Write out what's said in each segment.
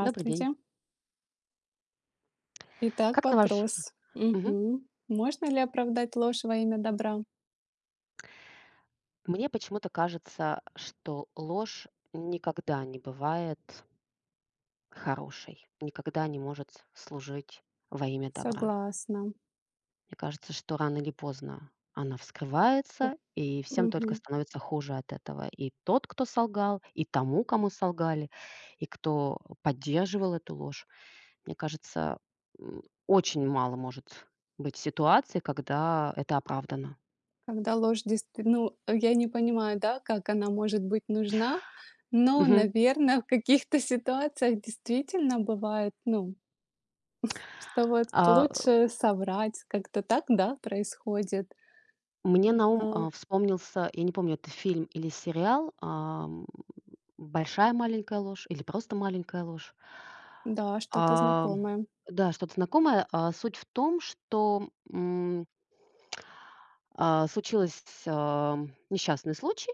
Добрый день. Итак, Как на ваш. вопрос. Мгм. Мгм. Можно ли оправдать ложь во имя добра? Мне почему-то кажется, что ложь никогда не бывает хорошей, никогда не может служить во имя добра. Согласна. Мне кажется, что рано или поздно она П- вскрывается, и всем только мгм. становится хуже от этого. И тот, кто солгал, и тому, кому солгали, и кто поддерживал эту ложь. Мне кажется, очень мало может быть ситуаций, когда это оправдано. Когда ложь действительно... Ну, я не понимаю, да, как она может быть нужна, но, Мгм. наверное, в каких-то ситуациях действительно бывает, ну, что вот А лучше соврать, как-то так, да, происходит. Мне на ум А, вспомнился, я не помню, это фильм или сериал, «Большая маленькая ложь» или просто «Маленькая ложь». да, что-то А, знакомое. да, что-то знакомое. Суть в том, что случилось несчастный случай.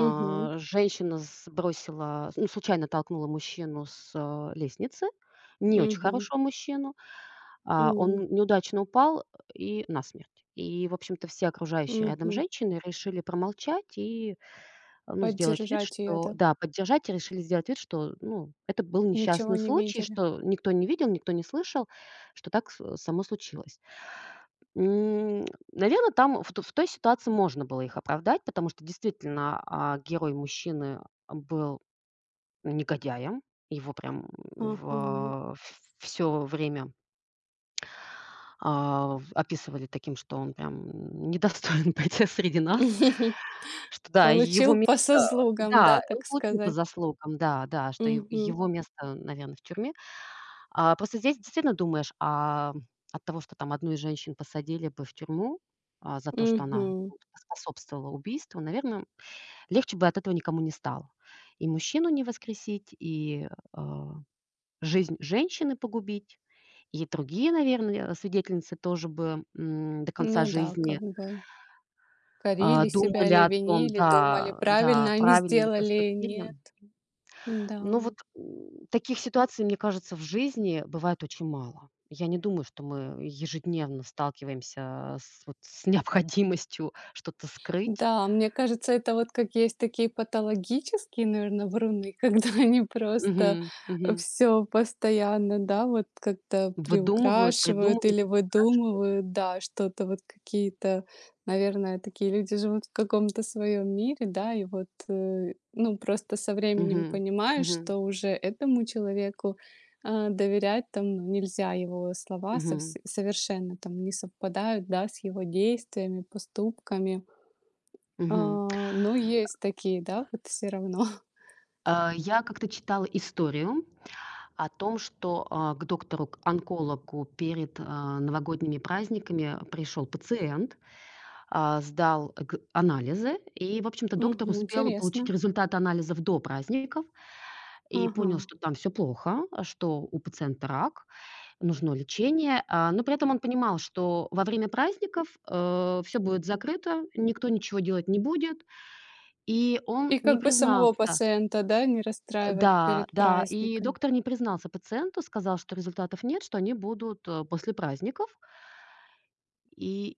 Мгм. Женщина сбросила, ну, случайно толкнула мужчину с лестницы, не очень Мгм. хорошего мужчину. Он М. неудачно упал и насмерть. И, в общем-то, все окружающие рядом женщины решили промолчать и, ну, сделать вид, Поддержать ее, что да? да, поддержать, и решили сделать вид, что, ну, это был Ничего несчастный не случай, видели. что никто не видел, никто не слышал, что так само случилось. Наверное, там в той ситуации можно было их оправдать, потому что действительно герой мужчины был негодяем, его прям Ага. все время а, в описывали таким, что он прям недостоин быть среди нас, что да, его Получил место, по заслугам, да, да, он так получил по сказать? заслугам, да, да, что ев Мгм. его место, наверное, в тюрьме. Просто здесь действительно думаешь, от того, что там одну из женщин посадили бы в тюрьму, за то, что она Мгм. вот поспособствовала убийству, наверное, легче бы от этого никому не стало. И мужчину не воскресить, и а жизнь женщины погубить. И другие, наверное, свидетельницы тоже бы, до конца Ну да, жизни, как бы а, корили себя думали или о том, винили, думали, да, да, правильно они правильно ли сделали, поступили. нет. Да. Ну вот, таких ситуаций, мне кажется, в жизни бывает очень мало. Я не думаю, что мы ежедневно сталкиваемся с вот с необходимостью что-то скрыть. Да, мне кажется, это вот как есть такие патологические, наверное, вруны, когда они просто Мгм, мгм. все постоянно, да, вот как-то Выдумывают, приукрашивают придумывают, или приукрашивают. выдумывают, да, что-то вот какие-то, наверное, такие люди живут в каком-то своем мире, да, и вот, э, ну, просто со временем Мгм, понимаешь, мгм, что уже этому человеку, а, доверять там, ну, нельзя, его слова мгм, совсе совершенно там не совпадают, да, с его действиями, поступками. А, мгм. ну, есть такие, да, вот все равно. Я как-то читала историю о том, что, к доктору-онкологу перед, новогодними праздниками пришел пациент, сдал г анализы, и, в общем-то, доктор Мгм, успел получить интересно. результаты анализов до праздников и Ага. понял, что там все плохо, что у пациента рак, нужно лечение. Но при этом он понимал, что во время праздников все будет закрыто, никто ничего делать не будет, и он И не как бы самого признался, пациента, да, не расстраивать да, перед да, и праздником. доктор не признался пациенту, сказал, что результатов нет, что они будут, после праздников. И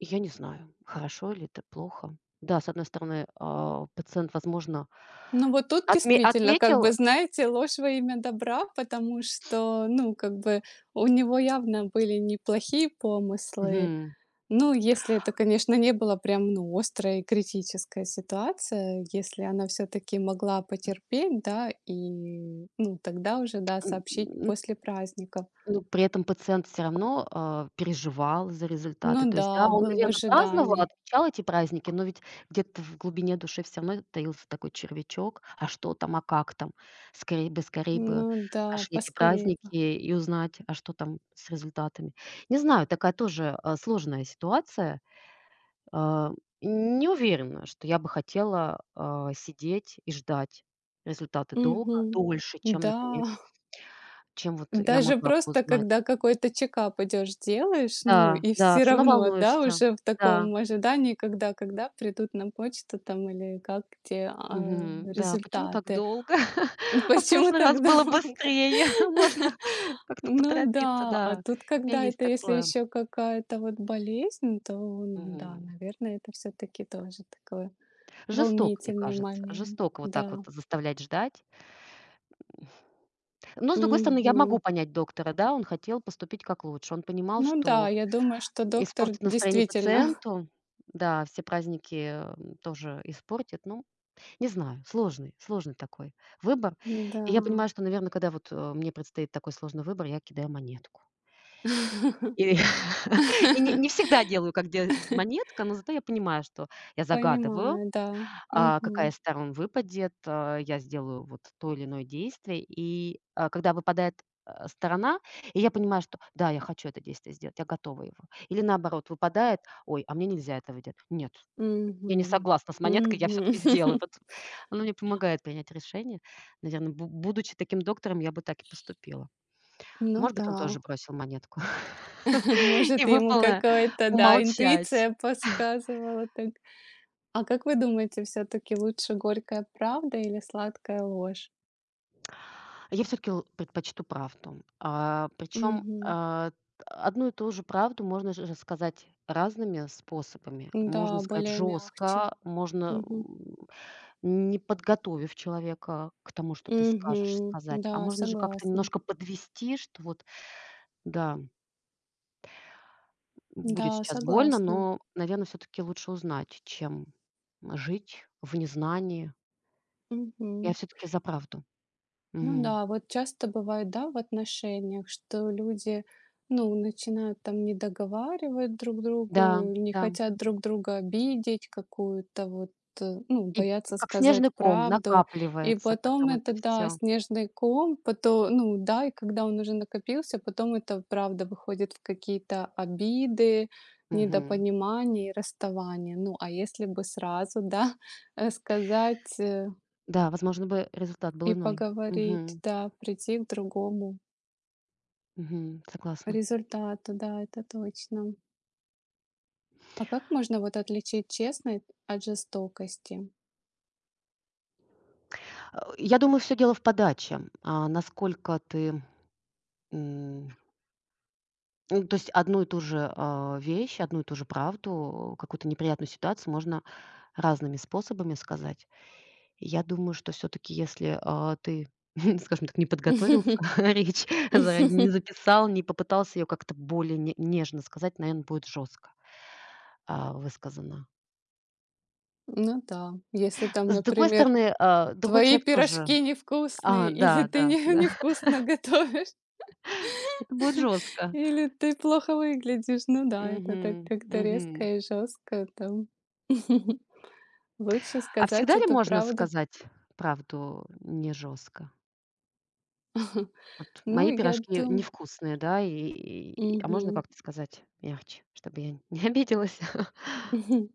я не знаю, хорошо ли это, плохо. Да, с одной стороны, пациент, возможно, Ну, вот тут действительно, как отметил. бы, знаете, ложь во имя добра, потому что, ну, как бы, у него явно были неплохие помыслы. Мгм. Ну, если это, конечно, не была прям, ну, острая и критическая ситуация, если она все таки могла потерпеть, да, и, ну, тогда уже, да, сообщить м, после праздника. Ну, при этом пациент все равно, переживал за результаты. Ну То есть, да, да, он, был в наверно, праздновал, ожидании. отмечал эти праздники, но ведь где-то в глубине души все равно таился такой червячок: «А что там? А как там?» Скорей бы, скорей бы Ну да, прошли эти поскорее бы. праздники и узнать, а что там с результатами. Не знаю, такая тоже, сложная ситуация. А, Не уверена, что я бы хотела, сидеть и ждать результаты долго, Мгм. дольше, чем, Да, например, чем вот я даже могла бы просто узнать. когда какой-то чекап идёшь, делаешь, ну, Да, и да, все все равно равно, да, волнуешься. уже в Да, таком ожидании, когда придут на почту там или как те, а, мгм. Да, почему так результаты. долго? А в Почему прошлый так раз было долго? быстрее. Можно как-то Ну поторопиться, да, а да. тут, У меня когда есть это если такое. еще какая-то вот болезнь, то, ну да, Мгм. наверное, это все таки тоже такое. Жестоко, мне Волнительный кажется. момент, Жестоко вот так да. вот заставлять ждать. Но, с другой стороны, я могу Мгм. понять доктора, да, он хотел поступить как лучше. Он понимал, Ну что да, я думаю, что доктор испортит настроение действительно. пациенту. Да, все праздники, тоже испортит. Ну, не знаю, сложный, сложный такой выбор. Да. И я понимаю, что, наверное, когда вот, мне предстоит такой сложный выбор, я кидаю монетку. И и не всегда делаю, как делает монетка, но зато я понимаю, что я загадываю, Понимаю, да. Какая Мгм. из сторон выпадет, я сделаю вот то или иное действие. И, когда выпадает, сторона, и я понимаю, что да, я хочу это действие сделать, я готова его. Или наоборот, выпадает: «Ой, а мне нельзя этого делать». Нет, я не Мгм. согласна с монеткой, я все Мгм. таки сделаю. Вот она мне помогает принять решение. Наверное, будучи таким доктором, я бы так и поступила. Ну Может быть, да. он тоже бросил монетку, и Может, ему выпало какая-то, да, умолчать. интуиция подсказывала так. А как вы думаете, все таки лучше горькая правда или сладкая ложь? Я все таки предпочту правду. Причем, Мгм. а, одну и ту же правду можно же рассказать разными способами. Можно Да, сказать более мягче. жестко, можно, Мгм. м, не подготовив человека к тому, что ты скажешь, Мгм. сказать. А Да, можно же как-то согласна. немножко подвести, что вот. Да, будет Да, сейчас больно, согласна. но, наверное, все таки лучше узнать, чем жить в незнании. Я Мгм. все таки за правду. Ну Мгм. да, вот часто бывает, да, в отношениях, что люди, ну, начинают там не договаривать друг Да, другу, не да. хотят друг друга обидеть какую-то вот, э, ну, И боятся как снежный сказать ком правду. И накапливается потом потом это это, да, все. снежный ком, потом, ну, да, и когда он уже накопился, потом это правда выходит в какие-то обиды, Мгм. недопонимания и расставания. Ну, а если бы сразу, да, э, сказать, э. Да, возможно бы результат был И иной. поговорить, Мгм, да, прийти к другому мгм, согласна. результату, да, это точно. А как можно вот отличить честность от жестокости? Я думаю, все дело в подаче. Насколько ты, м, ну, то есть одну и ту же, вещь, одну и ту же правду, какую-то неприятную ситуацию можно разными способами сказать. Я думаю, что все таки если, ты, скажем так, не подготовился, речь заранее не записал, не попытался ее как-то более не нежно сказать, наверное, будет жестко высказано. Ну да, если там, С другой например, стороны, другой твои человек тоже. пирожки невкусные, или Да, ты да, не да, невкусно готовишь, это будет жестко. или ты плохо выглядишь. Ну да, это Мгм, так как-то мгм. резко и жестко там. Лучше А сказать всегда ли эту можно правду. сказать правду не жестко? Вот Ну, мои я пирожки невкусные, да, а можно думаю. как-то сказать мягче, чтобы я не обиделась? Мгм.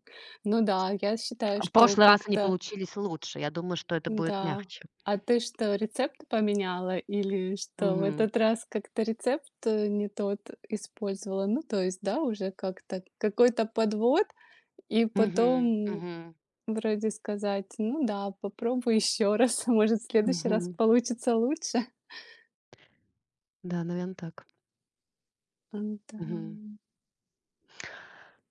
Ну да, я считаю, А в что прошлый раз они как-то получились лучше. Я думаю, что это будет да. мягче. А ты что, рецепт поменяла или что в Мгм. этот раз как-то рецепт, э, не тот использовала? Ну, то есть, да, уже как-то какой-то подвод и Мгм. потом Мгм. вроде сказать: "Ну да, попробуй еще раз, может, в следующий раз Мгм. получится лучше". Да, наверное, так. М, да. Мгм.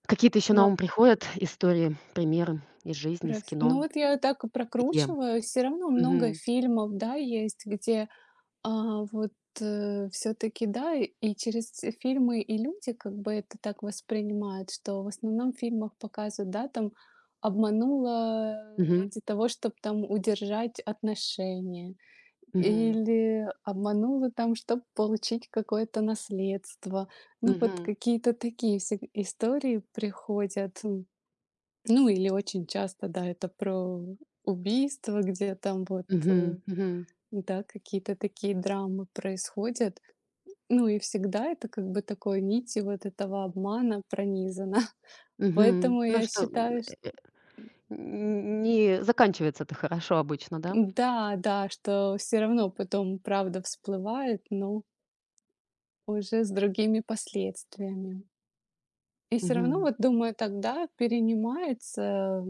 Какие-то еще на Но ум приходят истории, примеры из жизни, про из ф ну, кино? вот я так и Где? прокручиваю, все равно много Мгм. фильмов, да, есть, где... А, вот, все таки да, и через те фильмы и люди как бы это так воспринимают, что в основном в фильмах показывают, да, там обманула Мгм. ради того, чтобы там удержать отношения, Мгм. или обманула там, чтобы получить какое-то наследство. Ну, вот Мгм. какие-то такие всег истории приходят. М. Ну, или очень часто, да, это про убийство, где там вот, Мгм. э, Мгм. да, какие-то такие драмы происходят. Ну и всегда это как бы такой нитью вот этого обмана пронизано. Мгм. Поэтому Ну, я что, считаю, не заканчивается это хорошо обычно, да? да, да, что все равно потом правда всплывает, но уже с другими последствиями. И все равно, Мгм. вот думаю, тогда перенимается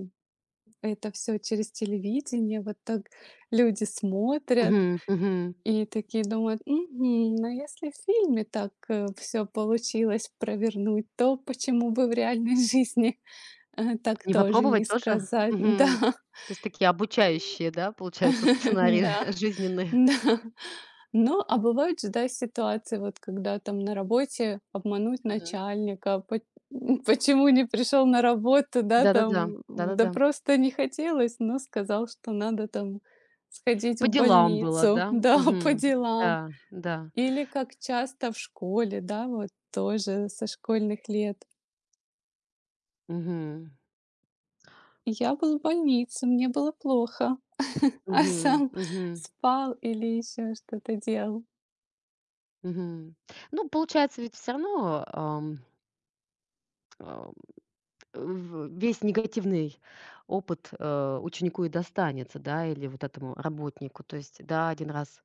это все через телевидение, вот так люди смотрят. Мгм. Мгм. И такие думают: "Мгм, но если в фильме так, все получилось провернуть, то почему бы в реальной жизни, э, так Не тоже не попробовать тоже? сказать?" Мгм. Да, То есть такие обучающие, да, получаются сценарии да, жизненные? да. Но, а бывают же, да, ситуации, вот когда там на работе обмануть начальника, поч почему не пришел на работу, да, Да-да-да, там, да да-да-да. просто не хотелось, но сказал, что надо там сходить По в делам было, больницу, да? да, по Мгм. делам. Да, да. Или как часто в школе, да, вот тоже со школьных лет. Мгм. Я был в больнице, мне было плохо, а Мгм. сам Мгм. спал или еще что-то делал. Мгм. Ну, получается, ведь все равно, ам, а, в весь негативный опыт, ученику и достанется, да, или вот этому работнику. То есть, да, один раз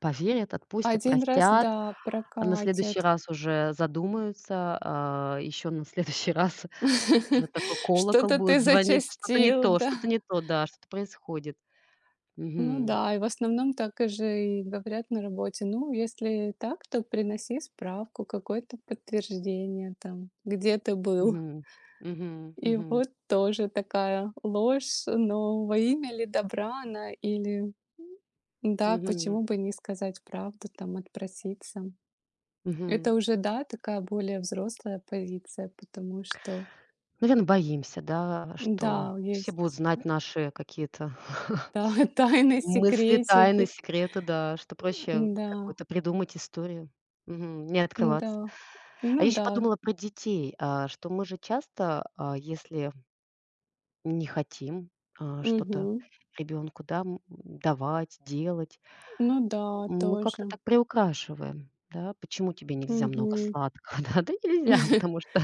поверят, отпустят, Один раз, простят, да, а на следующий прокатит. раз уже задумаются, а еще на следующий раз уже такой колокол Что-то ты будет звонить: «Что-то не зачастил, то, да. что-то не то, да, что-то происходит». Ну Мгм. да, и в основном так и же и говорят на работе. Ну, если так, то приноси справку, какое-то подтверждение там, где ты был. Мгм. Мгм. И Мгм. вот тоже такая ложь, но во имя ли добра она, или да, Мгм. почему бы не сказать правду, там отпроситься. Мгм. Это уже, да, такая более взрослая позиция, потому что, Наверно, боимся, да, что да, все будут есть, знать наши какие-то да, тайны, мысли, тайны, секретики, секреты, да, что проще да, какую-то придумать историю. Мгм. Не да, открываться. А я ну еще да, подумала про детей, что мы же часто, если не хотим, что-то мгм, ребенку, да, давать, делать. ну да, Мы как-то тоже, так приукрашиваем, да. Почему тебе нельзя много мгм. сладкого, да? Да нельзя, потому что,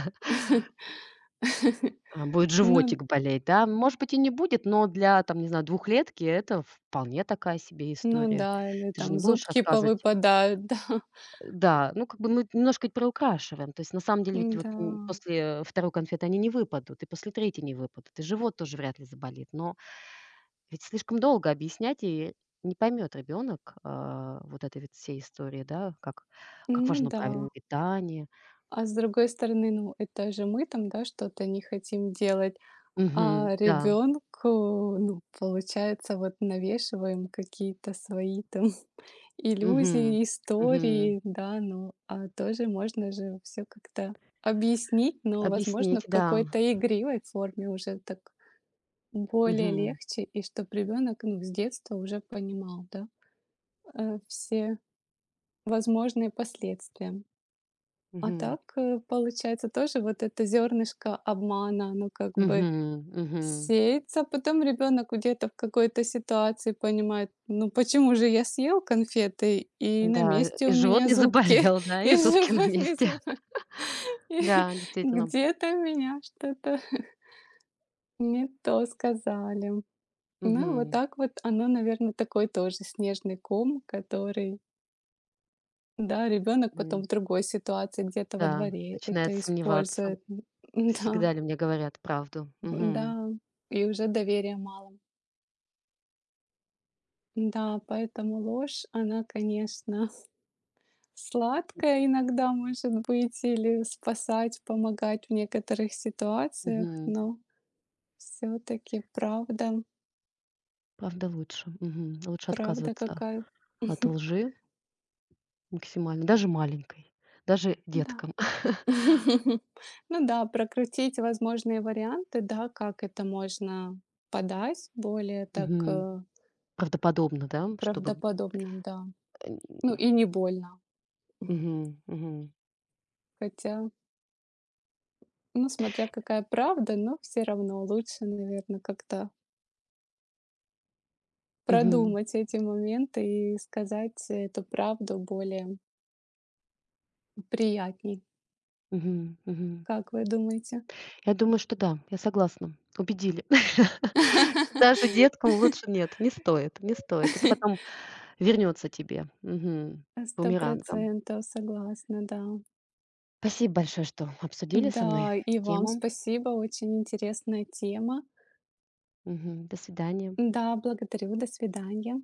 будет Ну, животик болеть, да. Может быть, и не будет, но для, там, не знаю, двухлетки это вполне такая себе ну история. да, или Ты же не там будешь зубки рассказывать. повыпадают, да, Да, ну, как бы мы немножко ведь приукрашиваем. То есть на самом деле ведь вот, да. м, после второй конфеты они не выпадут, и после третьей не выпадут, и живот тоже вряд ли заболит. Но ведь слишком долго объяснять, и не поймет ребенок, вот этой вот всей истории, да, как Ну важно да. правильное питание. А с другой стороны, ну, это же мы там, да, что-то не хотим делать, Мгм. а Да. ребенку, ну, получается, вот навешиваем какие-то свои там Мгм. иллюзии, Мгм. истории, да, ну, а тоже можно же все как-то объяснить, но, возможно, Объяснить, в да. какой-то игривой форме уже так более Мгм. легче, и чтоб ребенок, ну, с детства уже понимал, да, э, все возможные последствия. А Мгм. так, э, получается, тоже вот это зернышко обмана, оно как бы Мгм. Мгм. сеется, а потом ребенок где-то в какой-то ситуации понимает, ну почему же я съел конфеты, и на Да, месте и у живот меня не зубки, заболел, да, и и зубки на живот не месте. И Да, действительно. где-то меня что-то не то сказали. Ну, вот Мгм. так вот оно, наверное, такой тоже снежный ком, который, да, ребенок потом М, в другой ситуации, где-то во да, дворе начинает это сомневаться, использует. Да. всегда ли мне говорят правду. Мгм. Да, и уже доверия мало. Да, поэтому ложь, она, конечно, сладкая иногда может быть или спасать, помогать в некоторых ситуациях, Мгм. но все таки правда, Правда лучше. Мгм. Лучше правда отказываться какая... от лжи максимально, даже маленькой, даже Да. деткам. Ну да, прокрутить возможные варианты, да, как это можно подать более так, Мгм. э, Правдоподобно, да, чтобы правдоподобно, да. э, Ну и не больно. Мгм, мгм, Хотя... Ну, смотря какая правда, но все равно лучше, наверное, как-то мгм, продумать эти моменты и сказать эту правду более приятней. мгм, мгм. Как вы думаете? Я думаю, что да, я согласна. Убедили. Даже деткам лучше. Нет, не стоит, не стоит. Это потом вернется тебе, Сто бумерангом. процентов согласна, да. Спасибо большое, что обсудили со мной Да, и вам тему. спасибо, очень интересная тема. Мгм. До свидания. Да, благодарю, до свидания.